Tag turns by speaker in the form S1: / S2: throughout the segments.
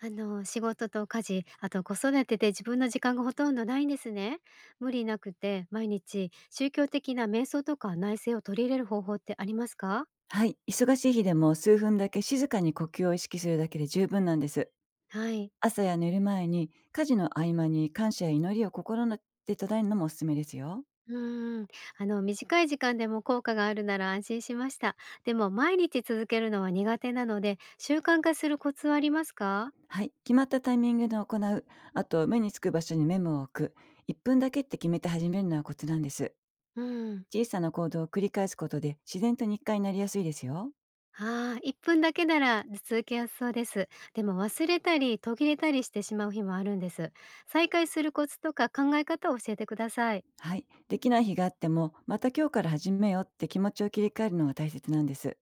S1: 仕事と家事、あと子育てで自分の時間がほとんどないんですね。無理なくて、毎日宗教的な瞑想とか内省を取り入れる方法ってありますか？
S2: はい、忙しい日でも数分だけ静かに呼吸を意識するだけで十分なんです。
S1: はい。
S2: 朝や寝る前に家事の合間に感謝や祈りを心ので唱えるのもおすすめですよ。
S1: うーん。短い時間でも効果があるなら安心しました。でも、毎日続けるのは苦手なので、習慣化するコツはありますか？
S2: はい、決まったタイミングで行う、あと目につく場所にメモを置く、1分だけって決めて始めるのはコツなんです。
S1: うん。
S2: 小さな行動を繰り返すことで自然と日課になりやすいですよ。
S1: ああ、1分だけなら続けやすそうです。でも忘れたり途切れたりしてしまう日もあるんです。再開するコツとか考え方を教えてください。
S2: はい、できない日があってもまた今日から始めようって気持ちを切り替えるのが大切なんです。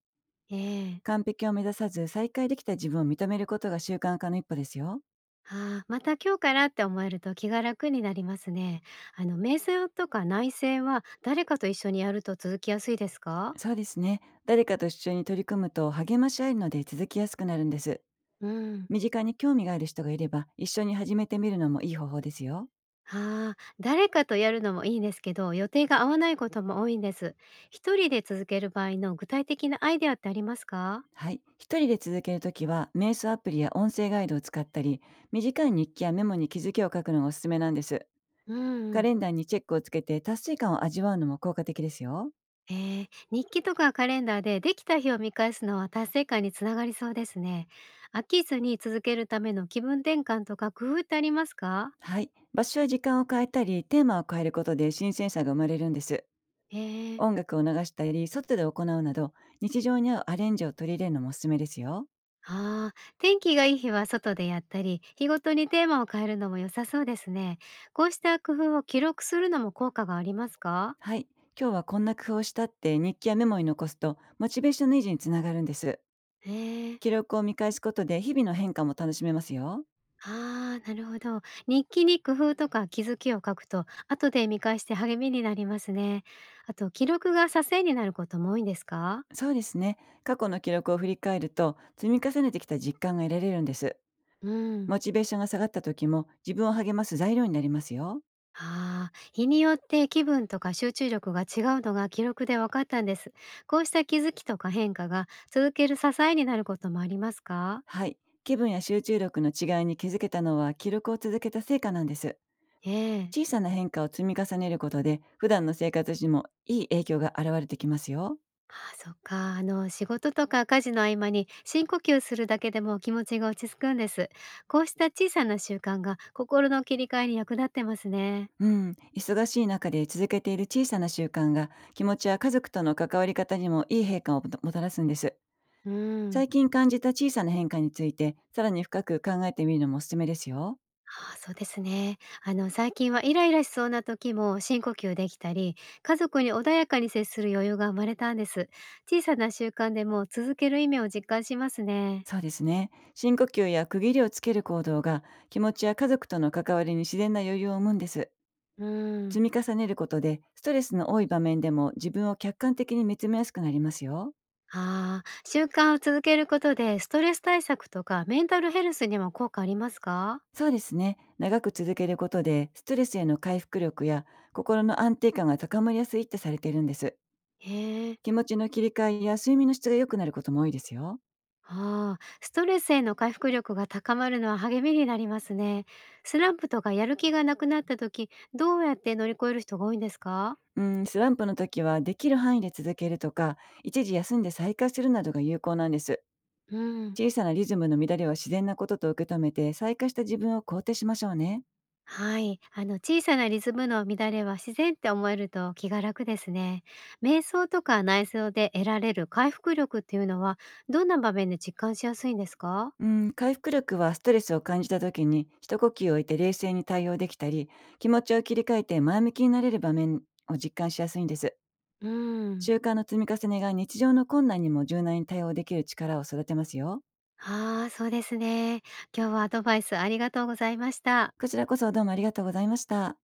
S1: ええ。
S2: 完璧を目指さず再開できた自分を認めることが習慣化の一歩ですよ。
S1: ああ、また今日からって思えると気が楽になりますね。瞑想とか内省は誰かと一緒にやると続きやすいですか？
S2: そうですね。誰かと一緒に取り組むと励まし合えるので続きやすくなるんです。
S1: うん。
S2: 身近に興味がある人がいれば一緒に始めてみるのもいい方法ですよ。
S1: ああ、誰かとやるのもいいんですけど、予定が合わないことも多いんです。一人で続ける場合の具体的なアイデアってありますか？
S2: はい。一人で続けるときは、瞑想アプリや音声ガイドを使ったり、短い日記やメモに気づきを書くのがおすすめなんです。
S1: う
S2: カ
S1: ん。
S2: レンダーにチェックをつけて達成感を味わうのも効果的ですよ。
S1: ええ、日記とかカレンダーでできた日を見返すのは達成感につながりそうですね。飽きずに続けるための気分転換とか工夫ってありますか？
S2: はい。場所や時間を変えたり、テーマを変えることで新鮮さが生まれるんです。
S1: ええ。
S2: 音楽を流したり、外で行うなど、日常に合うアレンジを取り入れるのもおすすめですよ。
S1: ああ、天気がいい日は外でやったり、日ごとにテーマを変えるのも良さそうですね。こうした工夫を記録するのも効果がありますか？
S2: はい。今日はこんな工夫をしたって日記やメモに残すと、モチベーションの維持につながるんです。
S1: へえ。
S2: 記録を見返すことで日々の変化も楽しめますよ。
S1: ああ、なるほど。日記に工夫とか気づきを書くと、後で見返して励みになりますね。あと、記録が支えになることも多いんですか？
S2: そうですね。過去の記録を振り返ると、積み重ねてきた実感が得られるんです。
S1: うん。
S2: モチベーションが下がった時も自分を励ます材料になりますよ。
S1: ああ、日によって気分とか集中力が違うのが記録で分かったんです。こうした気づきとか変化が続ける支えになることもありますか？
S2: はい。気分や集中力の違いに気づけたのは記録を続けた成果なんです。
S1: ええ。
S2: 小さな変化を積み重ねることで、普段の生活にもいい影響が現れてきますよ。
S1: ああ、そっか。仕事とか家事の合間に深呼吸するだけでも気持ちが落ち着くんです。こうした小さな習慣が心の切り替えに役立ってますね。
S2: うん、忙しい中で続けている小さな習慣が気持ちや家族との関わり方にもいい変化をもたらすんです。
S1: うん。
S2: 最近感じた小さな変化についてさらに深く考えてみるのもおすすめですよ。
S1: ああ、そうですね。最近はイライラしそうな時も深呼吸できたり、家族に穏やかに接する余裕が生まれたんです。小さな習慣でも続ける意味を実感しますね。
S2: そうですね。深呼吸や区切りをつける行動が気持ちや家族との関わりに自然な余裕を生むんです。
S1: うん。
S2: 積み重ねることでストレスの多い場面でも自分を客観的に見つめやすくなりますよ。
S1: ああ、習慣を続けることでストレス対策とかメンタルヘルスにも効果ありますか？
S2: そうですね。長く続けることで、ストレスへの回復力や心の安定感が高まりやすいってされているんです。
S1: へえ。
S2: 気持ちの切り替えや睡眠の質が良くなることも多いですよ。
S1: ああ、ストレスへの回復力が高まるのは励みになりますね。スランプとかやる気がなくなった時、どうやって乗り越える人が多いんですか？
S2: うん、スランプの時はできる範囲で続けるとか、一時休んで再開するなどが有効なんです。
S1: うん、
S2: 小さなリズムの乱れは自然なことと受け止めて、再開した自分を肯定しましょうね。
S1: はい。小さなリズムの乱れは自然って思えると気が楽ですね。瞑想とか内装で得られる回復力っていうのは、どんな場面で実感しやすいんですか？
S2: うん、回復力はストレスを感じた時に一呼吸置いて冷静に対応できたり、気持ちを切り替えて前向きになれる場面を実感しやすいんです。
S1: うん。
S2: 習慣の積み重ねが日常の困難にも柔軟に対応できる力を育てますよ。
S1: ああ、そうですね。今日はアドバイスありがとうございました。
S2: こちらこそどうもありがとうございました。